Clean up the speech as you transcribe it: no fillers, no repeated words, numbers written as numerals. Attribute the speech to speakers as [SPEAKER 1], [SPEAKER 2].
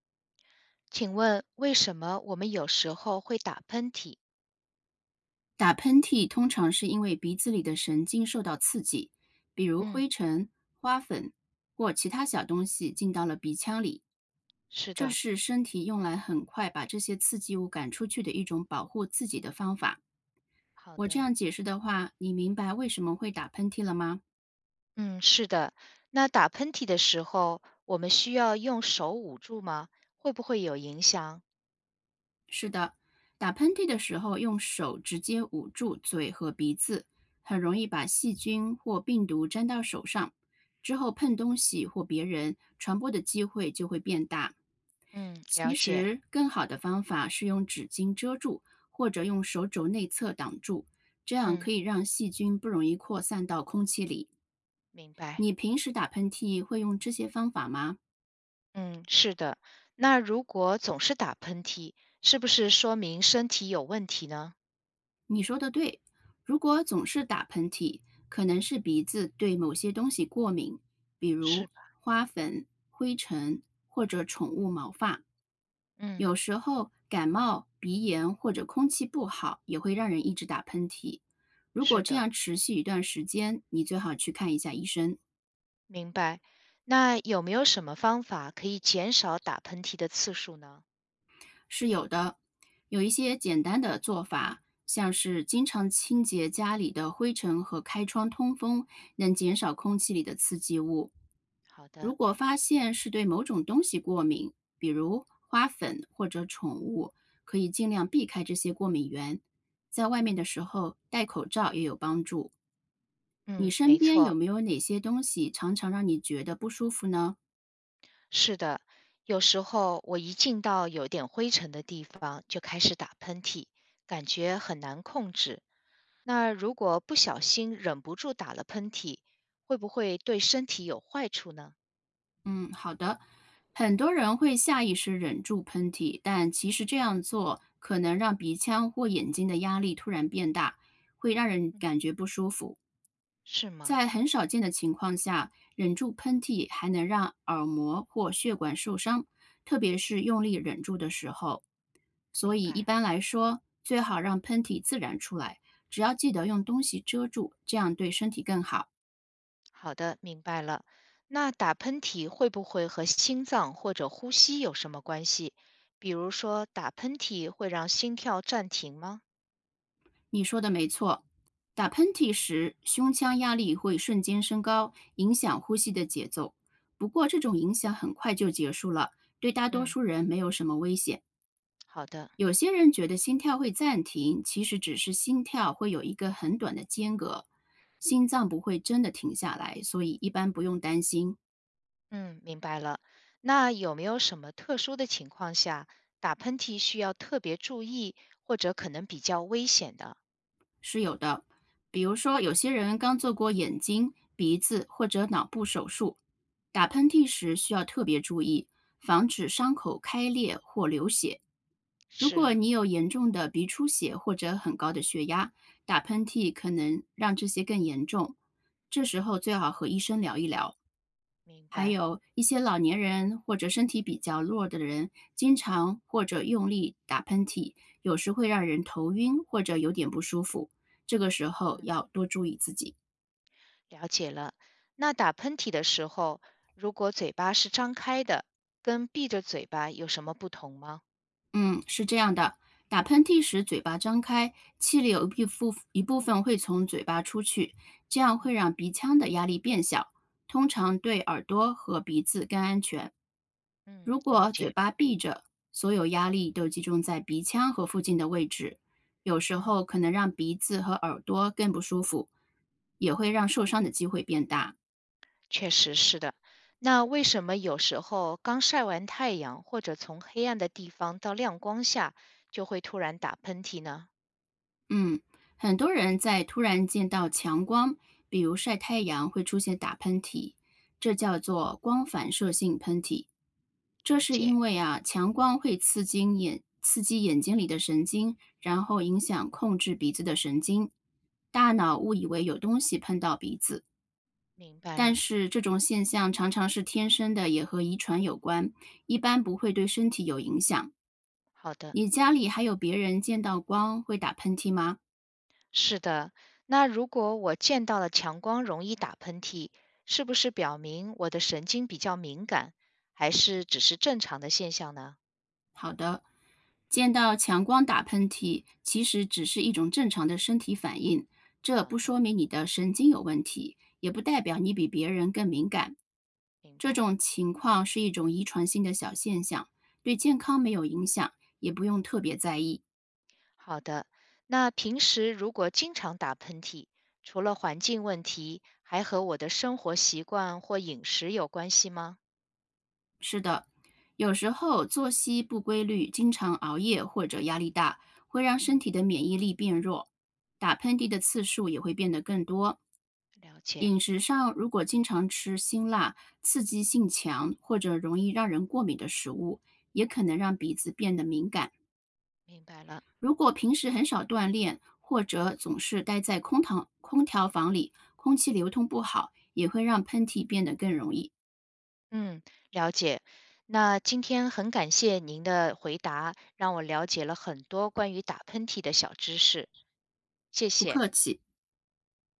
[SPEAKER 1] 请问为什么我们有时候会打喷嚏？
[SPEAKER 2] 打喷嚏通常是因为鼻子里的神经受到刺激，比如
[SPEAKER 1] 嗯，
[SPEAKER 2] 灰尘、花粉或其他小东西进到了鼻腔里，
[SPEAKER 1] 是
[SPEAKER 2] 这
[SPEAKER 1] 的，
[SPEAKER 2] 是身体用来很快把这些刺激物赶出去的一种保护自己的方法。
[SPEAKER 1] 好
[SPEAKER 2] 我这
[SPEAKER 1] 的，
[SPEAKER 2] 样解释的话，你明白为什么会打喷嚏了吗？
[SPEAKER 1] 嗯，是的。那打喷嚏的时候，我们需要用手捂住吗？会不会有影响？
[SPEAKER 2] 是的，打喷嚏的时候用手直接捂住嘴和鼻子，很容易把细菌或病毒粘到手上，之后碰东西或别人，传播的机会就会变大。
[SPEAKER 1] 嗯，了
[SPEAKER 2] 其
[SPEAKER 1] 解，
[SPEAKER 2] 实，更好的方法是用纸巾遮住，或者用手肘内侧挡住，这样
[SPEAKER 1] 嗯，
[SPEAKER 2] 可以让细菌不容易扩散到空气里。
[SPEAKER 1] 明白，
[SPEAKER 2] 你平时打喷嚏会用这些方法吗？
[SPEAKER 1] 嗯，是的。那如果总是打喷嚏，是不是说明身体有问题呢？
[SPEAKER 2] 你说的对，如果总是打喷嚏，可能是鼻子对某些东西过敏，比
[SPEAKER 1] 是
[SPEAKER 2] 如
[SPEAKER 1] 吧？
[SPEAKER 2] 花粉、灰尘或者宠物毛发。
[SPEAKER 1] 嗯，
[SPEAKER 2] 有时候感冒、鼻炎或者空气不好也会让人一直打喷嚏。如果
[SPEAKER 1] 是
[SPEAKER 2] 这
[SPEAKER 1] 的，
[SPEAKER 2] 样持续一段时间，你最好去看一下医生。
[SPEAKER 1] 明白。那有没有什么方法可以减少打喷嚏的次数呢？
[SPEAKER 2] 是有的，有一些简单的做法，像是经常清洁家里的灰尘和开窗通风，能减少空气里的刺激物。
[SPEAKER 1] 好
[SPEAKER 2] 如
[SPEAKER 1] 的，
[SPEAKER 2] 果发现是对某种东西过敏，比如花粉或者宠物，可以尽量避开这些过敏源。在外面的
[SPEAKER 1] 嗯。
[SPEAKER 2] 时候，戴口罩也有帮助。你
[SPEAKER 1] 嗯，
[SPEAKER 2] 身
[SPEAKER 1] 没
[SPEAKER 2] 边有
[SPEAKER 1] 错，
[SPEAKER 2] 没有哪些东西常常让你觉得不舒服呢？
[SPEAKER 1] 是的。有时候我一进到有点灰尘的地方，就开始打喷嚏，感觉很难控制。那如果不小心忍不住打了喷嚏，会不会对身体有坏处呢？
[SPEAKER 2] 嗯，好的。很多人会下意识忍住喷嚏，但其实这样做可能让鼻腔或眼睛的压力突然变大，会让人
[SPEAKER 1] 嗯，
[SPEAKER 2] 感觉不舒服。
[SPEAKER 1] 是吗？
[SPEAKER 2] 在很少见的情况下，忍住喷嚏还能让耳膜或血管受伤，特别是用力忍住的时候。所
[SPEAKER 1] 明
[SPEAKER 2] 以一
[SPEAKER 1] 白。
[SPEAKER 2] 般来说，最好让喷嚏自然出来，只要记得用东西遮住，这样对身体更好。
[SPEAKER 1] 好的，明白了。那打喷嚏会不会和心脏或者呼吸有什么关系？比如说，打喷嚏会让心跳暂停吗？
[SPEAKER 2] 你说的没错，打喷嚏时胸腔压力会瞬间升高，影响呼吸的节奏。不过这种影响很快就结束了，对大多
[SPEAKER 1] 嗯，
[SPEAKER 2] 数人没有什么危险。
[SPEAKER 1] 好的。
[SPEAKER 2] 有些人觉得心跳会暂停，其实只是心跳会有一个很短的间隔，心脏不会真的停下来，所以一般不用担心。
[SPEAKER 1] 嗯，明白了。那有没有什么特殊的情况下，打喷嚏需要特别注意，或者可能比较危险的？
[SPEAKER 2] 是有的，比如说有些人刚做过眼睛、鼻子或者脑部手术，打喷嚏时需要特别注意，防止伤口开裂或流血。如
[SPEAKER 1] 是
[SPEAKER 2] 果
[SPEAKER 1] 啊，
[SPEAKER 2] 你有严重的鼻出血或者很高的血压，打喷嚏可能让这些更严重，这时候最好和医生聊一聊。
[SPEAKER 1] 明
[SPEAKER 2] 还
[SPEAKER 1] 白，
[SPEAKER 2] 有一些老年人或者身体比较弱的人，经常或者用力打喷嚏，有时会让人头晕或者有点不舒服。这个时候
[SPEAKER 1] 嗯，
[SPEAKER 2] 要多注意自己。
[SPEAKER 1] 了解了。那打喷嚏的时候，如果嘴巴是张开的，跟闭着嘴巴有什么不同吗？
[SPEAKER 2] 嗯，是这样的，打喷嚏时嘴巴张开，气流一部分会从嘴巴出去，这样会
[SPEAKER 1] 嗯
[SPEAKER 2] 让鼻腔的压力变小，通常对耳朵和鼻子更安全。
[SPEAKER 1] 嗯，
[SPEAKER 2] 如
[SPEAKER 1] 了
[SPEAKER 2] 果嘴
[SPEAKER 1] 解，
[SPEAKER 2] 巴闭着，所有压力都集中在鼻腔和附近的位置，有时
[SPEAKER 1] 嗯，
[SPEAKER 2] 候可能让鼻子和耳朵更不舒服，也会让受伤的机会变大。
[SPEAKER 1] 确实是的。那为什么有时候刚晒完太阳，或者从黑暗的地方到亮光下，就会突然打喷嚏呢？
[SPEAKER 2] 嗯，很多人在突然见到强光，比如晒太阳，会出现打喷嚏，这叫做光反射性喷嚏。这
[SPEAKER 1] 了
[SPEAKER 2] 是
[SPEAKER 1] 解，
[SPEAKER 2] 因为啊，强光会刺激眼睛里的神经，然后影响控制鼻子的神经，大脑
[SPEAKER 1] 嗯。
[SPEAKER 2] 误以为有东西碰到鼻子。
[SPEAKER 1] 明白
[SPEAKER 2] 但
[SPEAKER 1] 了，
[SPEAKER 2] 是这种现象常常是天生的，也和遗传有关，一般不会对身体有影响。
[SPEAKER 1] 好的，
[SPEAKER 2] 你家里还有别人见到光会打喷嚏吗？
[SPEAKER 1] 是的。那如果我见到了强光容易打喷嚏，是不是表明我的神经比较敏感，还是只是正常的现象呢？
[SPEAKER 2] 好的，见到强光打喷嚏其实只是一种正常的身体反应，这
[SPEAKER 1] 好
[SPEAKER 2] 不
[SPEAKER 1] 的，
[SPEAKER 2] 说明你的神经有问题，也不代表你比别人更敏感。
[SPEAKER 1] 明
[SPEAKER 2] 这
[SPEAKER 1] 白。
[SPEAKER 2] 种情况是一种遗传性的小现象，对健康没有影响，也不用特别在意。
[SPEAKER 1] 好的，那平时如果经常打喷嚏，除了环境问题，还和我的生活习惯或饮食有关系吗？
[SPEAKER 2] 是的，有时候作息不规律、经常熬夜或者压力大，会让身
[SPEAKER 1] 嗯，
[SPEAKER 2] 体的免疫力变弱，打喷嚏的次数也会变得更多。
[SPEAKER 1] 了解，
[SPEAKER 2] 饮食上如果经常吃辛辣、刺激性强或者容易让人过敏的食物，也可能让鼻子变得敏感。
[SPEAKER 1] 明白了。
[SPEAKER 2] 如果平时很少锻炼，或者总是待在空调房里，空气流通不好，也会让喷嚏变得更容易。
[SPEAKER 1] 嗯，了解。那今天很感谢您的回答，让我了解了很多关于打喷嚏的小知识，谢
[SPEAKER 2] 不
[SPEAKER 1] 谢。
[SPEAKER 2] 客气。